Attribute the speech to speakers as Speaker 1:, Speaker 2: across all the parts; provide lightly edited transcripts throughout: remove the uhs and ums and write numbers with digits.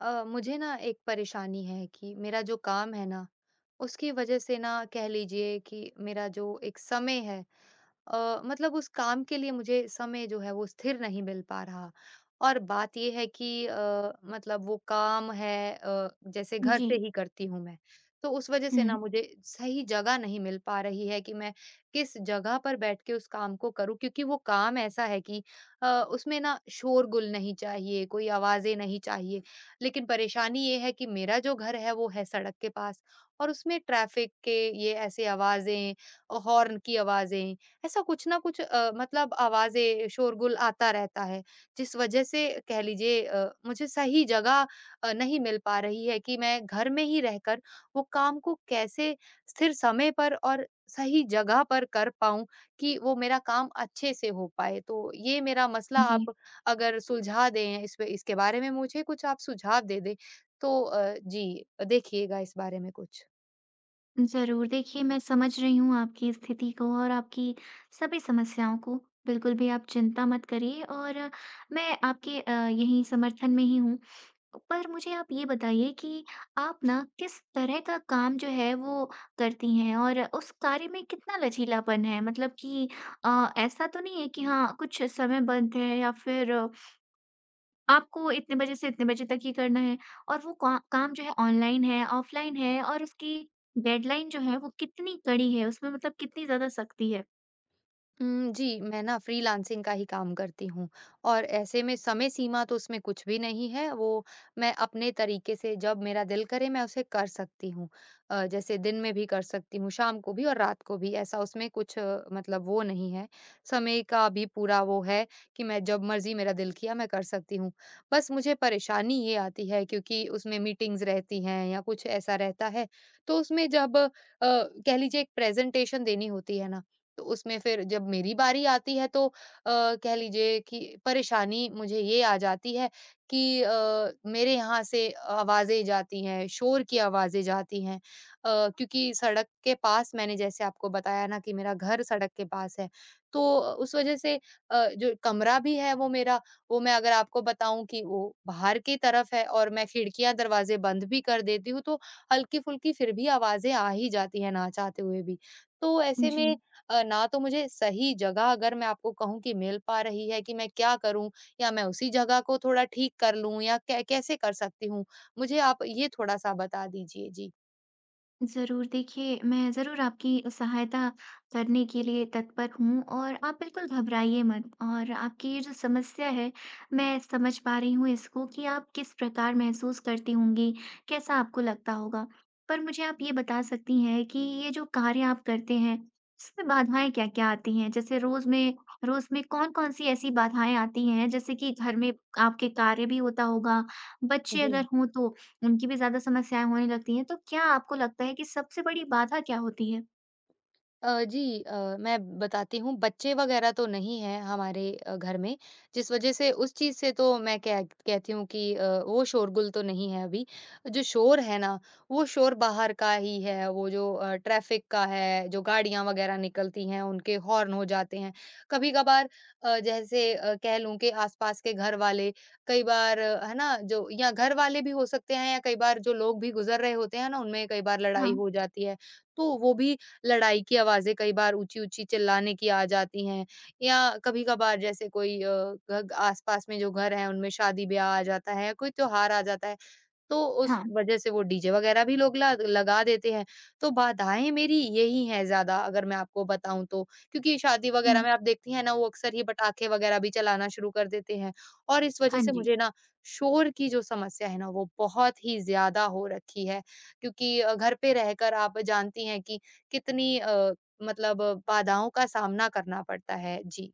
Speaker 1: मुझे ना एक परेशानी है कि मेरा जो काम है ना, उसकी वजह से ना कह लीजिए कि मेरा जो एक समय है मतलब उस काम के लिए मुझे समय जो है वो स्थिर नहीं मिल पा रहा। और बात ये है कि मतलब वो काम है जैसे घर
Speaker 2: जी।
Speaker 1: से ही करती हूँ मैं, तो उस वजह से ना
Speaker 2: हुँ।
Speaker 1: मुझे सही जगह नहीं मिल पा रही है कि मैं किस जगह पर बैठ के उस काम को करूँ क्योंकि वो काम ऐसा है कि उसमें ना शोरगुल नहीं चाहिए, कोई आवाज़ें नहीं चाहिए। लेकिन परेशानी ये है कि मेरा जो घर है वो है सड़क के पास और उसमें ट्रैफिक के ये ऐसे आवाजें हॉर्न की आवाजें ऐसा कुछ ना कुछ मतलब आवाजें शोरगुल आता रहता है जिस वजह से कह लीजिए मुझे सही जगह नहीं मिल पा रही है कि मैं घर में ही रहकर वो काम को कैसे स्थिर समय पर और सही जगह पर कर पाऊं कि वो मेरा काम अच्छे से हो पाए तो ये मेरा मसला
Speaker 2: जी।
Speaker 1: आप अगर सुलझा दें इस पे इसके बारे में मुझे कुछ आप सुझाव दे दें, तो जी, देखिएगा इस बारे में कुछ।
Speaker 2: ज़रूर, देखिए मैं समझ रही हूँ आपकी स्थिति को और आपकी सभी समस्याओं को। बिल्कुल भी आप चिंता मत करिए और मैं आपके यहीं समर्थन में ही हूँ। पर मुझे आप ये बताइए कि आप ना किस तरह का काम जो है वो करती हैं और उस कार्य में कितना लचीलापन है? मतलब कि ऐसा तो नहीं है कि हाँ, कुछ समय बंद है या फिर आपको इतने बजे से इतने बजे तक ही करना है और वो का काम जो है ऑनलाइन है, ऑफ़लाइन है और उसकी डेडलाइन जो है वो कितनी कड़ी है, उसमें मतलब कितनी ज़्यादा सख्ती है?
Speaker 1: जी, मैं ना फ्रीलांसिंग का ही काम करती हूँ और ऐसे में समय सीमा तो उसमें कुछ भी नहीं है, वो मैं अपने तरीके से जब मेरा दिल करे मैं उसे कर सकती हूँ। जैसे दिन में भी कर सकती हूँ, शाम को भी और रात को भी ऐसा उसमें कुछ मतलब वो नहीं है, समय का भी पूरा वो है कि मैं जब मर्ज़ी मेरा दिल किया मैं कर सकती हूँ। बस मुझे परेशानी ये आती है क्योंकि उसमें मीटिंग्स रहती हैं या कुछ ऐसा रहता है, तो उसमें जब कह लीजिए एक प्रेज़ेंटेशन देनी होती है ना, तो उसमें फिर जब मेरी बारी आती है तो कह लीजिए कि परेशानी मुझे ये आ जाती है कि मेरे यहाँ से आवाज़ें जाती हैं, शोर की आवाज़ें जाती हैं। क्योंकि सड़क के पास मैंने जैसे आपको बताया ना कि मेरा घर सड़क के पास है, तो उस वज़ह से जो कमरा भी है वो मेरा, वो मैं अगर आपको बताऊँ कि वो बाहर की तरफ है और मैं खिड़कियाँ, दरवाज़े बंद भी कर देती हूँ, तो हल्की-फुल्की फिर भी आवाज़ें आ ही जाती हैं ना चाहते हुए भी। तो ऐसे में
Speaker 2: जी।
Speaker 1: ना तो मुझे सही जगह अगर मैं आपको कहूँ कि मिल पा रही है कि मैं क्या करूँ या मैं उसी जगह को थोड़ा ठीक कर लूँ या कै कैसे कर सकती हूँ? मुझे आप ये थोड़ा-सा बता दीजिए। जी।
Speaker 2: ज़रूर, देखिए मैं ज़रूर आपकी सहायता करने के लिए तत्पर हूँ और आप बिल्कुल घबराइए मत, और आपकी ये जो समस्या है, मैं समझ पा रही हूँ इसको कि आप किस प्रकार महसूस करती होंगी, कैसा आपको लगता होगा। पर मुझे आप ये बता सकती हैं कि ये जो कार्य आप करते हैं, इसमें बाधाएँ क्या-क्या आती हैं? जैसे रोज़ में कौन-कौन सी ऐसी बाधाएँ आती हैं? जैसे कि घर में आपके कार्य भी होता होगा, बच्चे
Speaker 1: जी।
Speaker 2: अगर हों तो उनकी भी ज़्यादा समस्याएँ होने लगती हैं, तो क्या आपको लगता है कि सबसे बड़ी बाधा क्या होती है?
Speaker 1: जी मैं बताती हूँ, बच्चे वगैरह तो नहीं हैं हमारे घर में, जिस वजह से उस चीज़ से तो मैं कह कहती हूँ कि वो शोरगुल तो नहीं है अभी। जो शोर है ना, वो शोर बाहर का ही है, वो जो ट्रैफ़िक का है, जो गाड़ियाँ वगैरह निकलती हैं, उनके हॉर्न हो जाते हैं। कभी-कभार कह लूँ कि आस-पास के घर वाले कई बार है ना, जो या घर वाले भी हो सकते हैं या कई बार जो लोग भी गुज़र रहे होते हैं ना, उनमें कई बार लड़ाई
Speaker 2: हाँ,
Speaker 1: हो जाती है, तो वो भी लड़ाई की आवाज़ें कई बार ऊँची-ऊँची चिल्लाने की आ जाती हैं या कभी-कभार जैसे कोई घ आस-पास में जो घर हैं उनमें शादी-ब्याह आ जाता है, कोई त्योहार आ जाता है। तो उस
Speaker 2: हाँ।
Speaker 1: वज़ह से वो डीजे वग़ैरह भी लोग ला लगा देते हैं। तो बाधाएँ मेरी यही हैं ज़्यादा अगर मैं आपको बताऊँ तो। क्योंकि शादी वग़ैरह
Speaker 2: हुँ।
Speaker 1: में आप देखती हैं ना वो अक्सर ये पटाखे वग़ैरह भी चलाना शुरू कर देते हैं और इस वज़ह
Speaker 2: हाँ
Speaker 1: से
Speaker 2: जी।
Speaker 1: मुझे ना शोर की जो समस्या है ना वो बहुत ही ज़्यादा हो रखी है। क्योंकि घर पे रहकर आप जानती हैं कि कितनी बाधाओं का सामना करना पड़ता है। जी।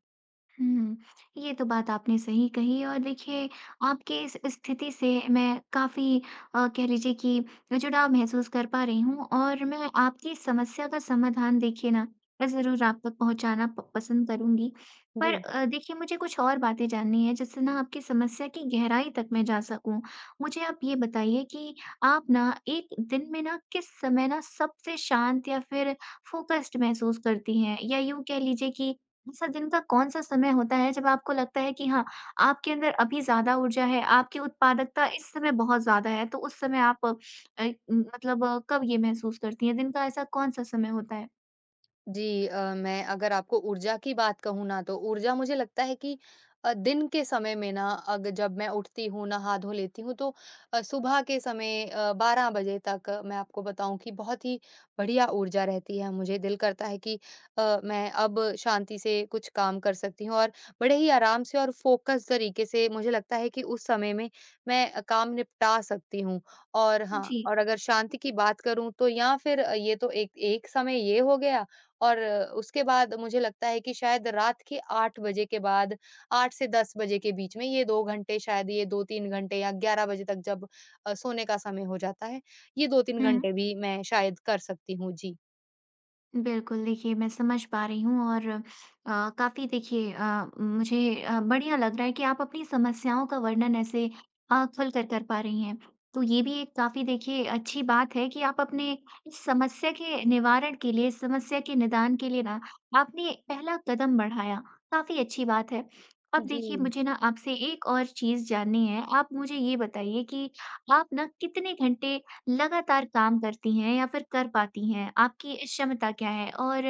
Speaker 2: हुँ, ये तो बात आपने सही कही। और देखिए, आपकी इस स्थिति से मैं काफ़ी कह लीजिए कि जुड़ाव महसूस कर पा रही हूँ, और मैं आपकी इस समस्या का समाधान, देखिए ना, मैं ज़रूर आप तक पहुँचाना प पसंद करूँगी। पर
Speaker 1: जी।
Speaker 2: देखिए, मुझे कुछ और बातें जाननी है जिससे ना आपकी समस्या की गहराई तक मैं जा सकूँ। मुझे आप ये बताइए कि आप ना 1 दिन में ना किस समय ना सबसे शांत या फिर फ़ोकस्ड महसूस करती हैं? या यूँ कह लीजिए कि ऐसा दिन का कौन-सा समय होता है जब आपको लगता है कि हाँ, आपके अंदर अभी ज़्यादा ऊर्जा है, आपकी उत्पादकता इस समय बहुत ज़्यादा है, तो उस समय आप मतलब कब ये महसूस करती हैं? दिन का ऐसा कौन-सा समय होता है?
Speaker 1: जी मैं अगर आपको ऊर्जा की बात कहूँ ना तो ऊर्जा मुझे लगता है कि दिन के समय में ना अगर जब मैं उठती हूँ नहा धो लेती हूँ तो सुबह के समय 12 बजे तक मैं आपको बताऊं कि बहुत ही बढ़िया ऊर्जा रहती है मुझे दिल करता है कि मैं अब शांति से कुछ काम कर सकती हूँ और बड़े ही आराम से और फोकस तरीके से मुझे लगता है कि उस समय में मैं काम निपटा सकती हूँ और हाँ
Speaker 2: जी।
Speaker 1: और अगर शांति की बात करूँ तो या फिर ये तो एक एक समय ये हो गया और उसके बाद मुझे लगता है कि शायद रात के 8 बजे के बाद 8 से 10 बजे के बीच में ये 2 घंटे शायद ये 2-3 घंटे या 11 बजे तक जब सोने का समय हो जाता है, ये 2-3
Speaker 2: हुँ।
Speaker 1: घंटे भी मैं शायद कर सकती हूँ। जी।
Speaker 2: बिल्कुल, देखिए मैं समझ पा रही हूँ, और काफ़ी देखिए मुझे बढ़िया लग रहा है कि आप अपनी समस्याओं का वर्णन ऐसे खुल कर कर पा रही हैं। तो ये भी एक काफ़ी देखिए अच्छी बात है कि आप अपने इस समस्या के निवारण के लिए, समस्या के निदान के लिए ना आपने पहला कदम बढ़ाया, काफ़ी अच्छी बात है। अब
Speaker 1: जी।
Speaker 2: देखिए, मुझे ना आपसे एक और चीज़ जाननी है। आप मुझे ये बताइए कि आप ना कितने घंटे लगातार काम करती हैं या फिर कर पाती हैं? आपकी क्षमता क्या है? और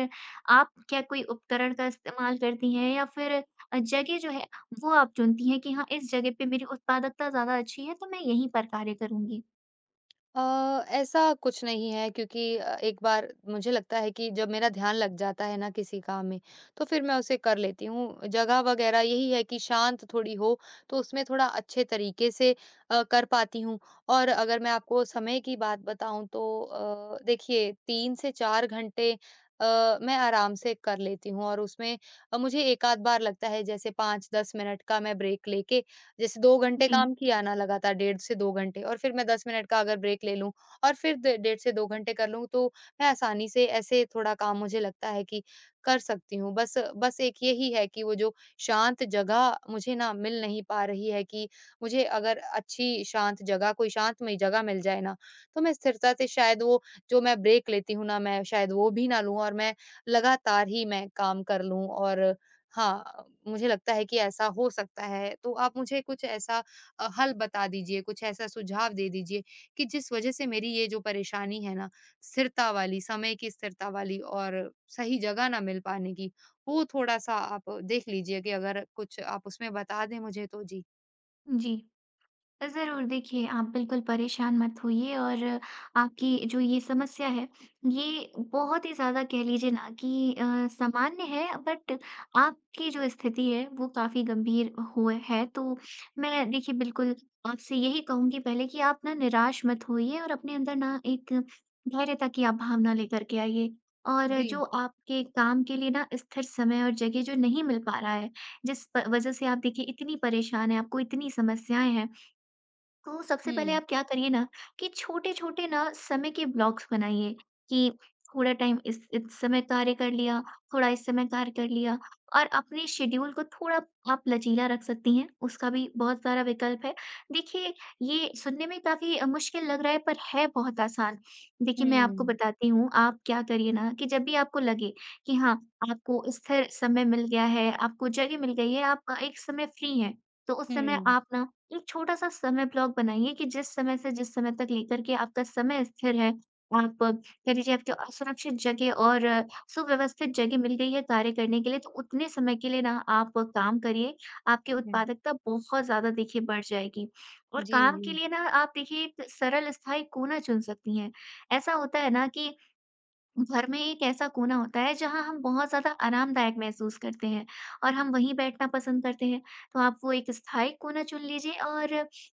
Speaker 2: आप क्या कोई उपकरण का इस्तेमाल करती हैं या फिर जगह जो है वो आप चुनती हैं कि हाँ, इस जगह पे मेरी उत्पादकता ज़्यादा अच्छी है तो मैं यहीं पर कार्य करूँगी?
Speaker 1: अ, ऐसा कुछ नहीं है क्योंकि एक बार मुझे लगता है कि जब मेरा ध्यान लग जाता है ना किसी काम में तो फिर मैं उसे कर लेती हूँ। जगह वगैरह यही है कि शांत थोड़ी हो तो उसमें थोड़ा अच्छे तरीके से कर पाती हूँ। और अगर मैं आपको समय की बात बताऊँ तो देखिए 3 से 4 घंटे मैं आराम से कर लेती हूँ और उसमें मुझे एक आध बार लगता है जैसे 5-10 मिनट का मैं ब्रेक लेके जैसे 2 घंटे
Speaker 2: जी,
Speaker 1: काम किया ना लगातार डेढ़ से 2 घंटे और फिर मैं 10 मिनट का अगर ब्रेक ले लूँ और फिर ड डेढ़ से 2 घंटे कर लूँ तो मैं आसानी से ऐसे थोड़ा काम मुझे लगता है कि कर सकती हूँ। बस बस एक यही है कि वो जो शांत जगह मुझे ना मिल नहीं पा रही है कि मुझे अगर अच्छी शांत जगह कोई शांतमयी जगह मिल जाए ना, तो मैं स्थिरता से शायद वो जो मैं ब्रेक लेती हूँ ना मैं शायद वो भी ना लूँ और मैं लगातार ही मैं काम कर लूँ और हाँ, मुझे लगता है कि ऐसा हो सकता है, तो आप मुझे कुछ ऐसा हल बता दीजिए, कुछ ऐसा सुझाव दे दीजिए कि जिस वज़ह से मेरी ये जो परेशानी है ना, स्थिरता वाली, समय की स्थिरता वाली और सही जगह ना मिल पाने की, वो थोड़ा-सा आप देख लीजिए कि अगर कुछ आप उसमें बता दें मुझे तो जी।
Speaker 2: जी। ज़रूर, देखिए आप बिल्कुल परेशान मत होइए, और आपकी जो ये समस्या है, ये बहुत ही ज़्यादा कह लीजिए ना कि सामान्य है, बट आपकी जो स्थिति है वो काफ़ी गंभीर हुए है। तो मैं देखिए बिल्कुल आपसे यही कहूँगी पहले कि आप ना निराश मत होइए, और अपने अंदर ना एक धैर्यता की आप भावना लेकर के आइए। और
Speaker 1: जी।
Speaker 2: जो आपके काम के लिए ना स्थिर समय और जगह जो नहीं मिल पा रहा है, जिस प वज़ह से आप देखिए इतनी परेशान हैं, आपको इतनी समस्याएँ हैं। तो सबसे पहले
Speaker 1: हुँ,
Speaker 2: आप क्या करिए ना कि छोटे-छोटे ना समय के ब्लॉक्स बनाइए कि थोड़ा टाइम इस समय कार्य कर लिया, थोड़ा इस समय कार्य कर लिया, और अपने शेड्यूल को थोड़ा आप लचीला रख सकती हैं, उसका भी बहुत सारा विकल्प है। देखिए, ये सुनने में काफ़ी मुश्किल लग रहा है पर है बहुत आसान। देखिए, मैं आपको
Speaker 1: हुँ,
Speaker 2: बताती हूँ, आप क्या करिए ना कि जब भी आपको लगे कि हाँ, आपको स्थिर समय मिल गया है, आपको जगह मिल गई है, आप एक समय फ्री हैं, तो उस समय
Speaker 1: हुँ,
Speaker 2: आप ना एक छोटा-सा समय ब्लॉक बनाइए कि जिस समय से जिस समय तक लेकर के आपका समय स्थिर है। आप कह लीजिए आपको असुरक्षित जगह और सुव्यवस्थित जगह मिल गई है कार्य करने के लिए, तो उतने समय के लिए ना आप काम करिए। आपकी
Speaker 1: हुँ।
Speaker 2: उत्पादकता बहुत ज़्यादा देखिए बढ़ जाएगी। और
Speaker 1: जी,
Speaker 2: काम
Speaker 1: जी।
Speaker 2: के लिए ना आप देखिए एक सरल स्थायी कोना चुन सकती हैं। ऐसा होता है ना कि घर में एक ऐसा कोना होता है जहाँ हम बहुत ज़्यादा आरामदायक महसूस करते हैं और हम वहीं बैठना पसंद करते हैं। तो आप वो एक स्थायी कोना चुन लीजिए, और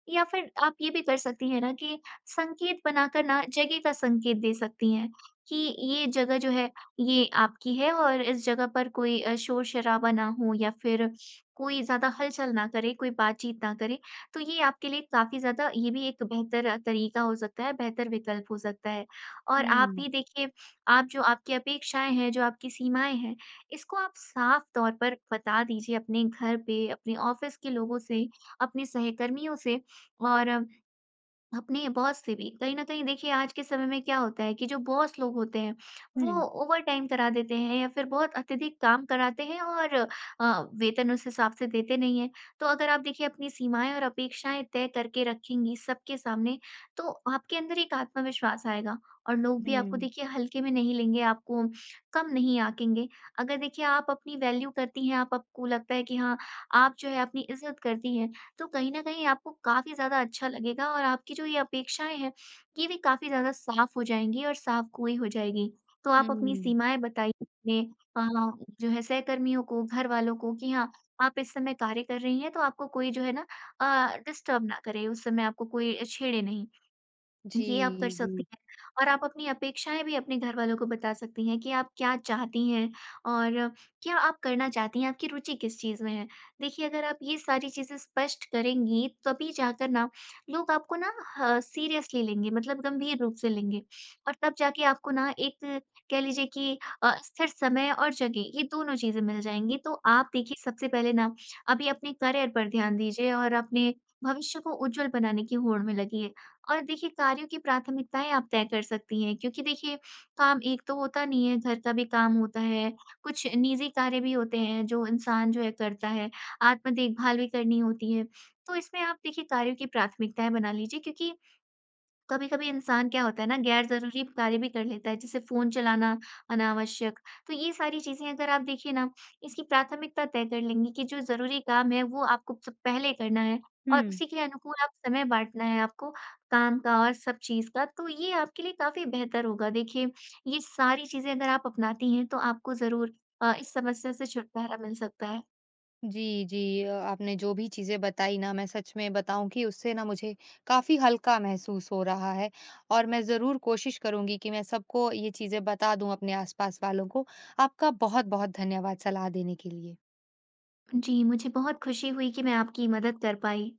Speaker 2: या फिर आप ये भी कर सकती हैं ना कि संकेत बनाकर ना जगह का संकेत दे सकती हैं कि ये जगह जो है ये आपकी है, और इस जगह पर कोई शोर-शराबा ना हो या फिर कोई ज़्यादा हलचल ना करे, कोई बातचीत ना करे। तो ये आपके लिए काफ़ी ज़्यादा ये भी एक बेहतर तरीका हो सकता है, बेहतर विकल्प हो सकता है। और आप
Speaker 1: हुँ,
Speaker 2: भी देखिए, आप जो आपकी अपेक्षाएँ हैं, जो आपकी सीमाएँ हैं, इसको आप साफ़ तौर पर बता दीजिए अपने घर पे, अपने ऑफ़िस के लोगों से, अपने सहकर्मियों से, और अपने बॉस से भी। कहीं न कहीं देखिए आज के समय में क्या होता है कि जो बॉस लोग होते हैं, वो
Speaker 1: हुँ,
Speaker 2: ओवरटाइम करा देते हैं या फिर बहुत अत्यधिक काम कराते हैं, और वेतन उस हिसाब से देते नहीं हैं। तो अगर आप देखिए अपनी सीमाएँ और अपेक्षाएँ तय करके रखेंगी सबके सामने, तो आपके अंदर एक आत्मविश्वास आएगा, और लोग भी आपको
Speaker 1: हुँ,
Speaker 2: देखिए हल्के में नहीं लेंगे, आपको कम नहीं आँकेंगे। अगर देखिए आप अपनी वैल्यू करती हैं, आप आपको लगता है कि हाँ, आप जो है अपनी इज़्ज़त करती हैं, तो कहीं न कहीं आपको काफ़ी ज़्यादा अच्छा लगेगा, और आपकी जो ये अपेक्षाएँ हैं, ये भी काफ़ी ज़्यादा साफ़ हो जाएँगी और साफ़-गोई हो जाएगी। तो आप अपनी
Speaker 1: हुँ।
Speaker 2: सीमाएँ बताइए अपने अ, जो है सहकर्मियों को, घरवालों को कि हाँ, आप इस समय कार्य कर रही हैं, तो आपको कोई जो है ना डिस्टर्ब ना करे, उस समय आपको कोई छेड़े नहीं।
Speaker 1: जी,
Speaker 2: ये आप कर
Speaker 1: जी।
Speaker 2: सकती हैं। और आप अपनी अपेक्षाएँ भी अपने घरवालों को बता सकती हैं कि आप क्या चाहती हैं, और क्या आप करना चाहती हैं, आपकी रुचि किस चीज़ में है। देखिए, अगर आप ये सारी चीज़ें स्पष्ट करेंगी, तभी जाकर ना लोग आपको ना ह सीरियसली लेंगे, मतलब गंभीर रूप से लेंगे, और तब जाके आपको ना एक कह लीजिए कि स्थिर समय और जगह ये दोनों चीज़ें मिल जाएँगी। तो आप देखिए सबसे पहले ना अभी अपने करियर पर ध्यान दीजिए, और अपने भविष्य को उज्जवल बनाने की होड़ में लगिए। और देखिए, कार्यों की प्राथमिकताएँ आप तय कर सकती हैं, क्योंकि देखिए काम एक तो होता नहीं है, घर का भी काम होता है, कुछ निजी कार्य भी होते हैं जो इंसान जो है करता है, आत्म देखभाल भी करनी होती है। तो इसमें आप देखिए कार्यों की प्राथमिकताएँ बना लीजिए, क्योंकि कभी-कभी इंसान क्या होता है ना गैर ज़रूरी कार्य भी कर लेता है, जैसे फ़ोन चलाना अनावश्यक। तो ये सारी चीज़ें अगर आप देखिए ना इसकी प्राथमिकता तय कर लेंगी कि जो ज़रूरी काम है वो आपको सब पहले करना है, और
Speaker 1: हुँ।
Speaker 2: उसी के अनुकूल आप समय बाँटना है आपको, काम का और सब चीज़ का, तो ये आपके लिए काफ़ी बेहतर होगा। देखिए, ये सारी चीज़ें अगर आप अपनाती हैं तो आपको ज़रूर इस समस्या से छुटकारा मिल सकता है।
Speaker 1: जी, जी। आपने जो भी चीज़ें बताई ना मैं सच में बताऊँ कि उससे ना मुझे काफ़ी हल्का महसूस हो रहा है और मैं ज़रूर कोशिश करूँगी कि मैं सबको ये चीज़ें बता दूँ अपने आस-पास वालों को। आपका बहुत-बहुत धन्यवाद सलाह देने के लिए।
Speaker 2: जी, मुझे बहुत खुशी हुई कि मैं आपकी मदद कर पाई।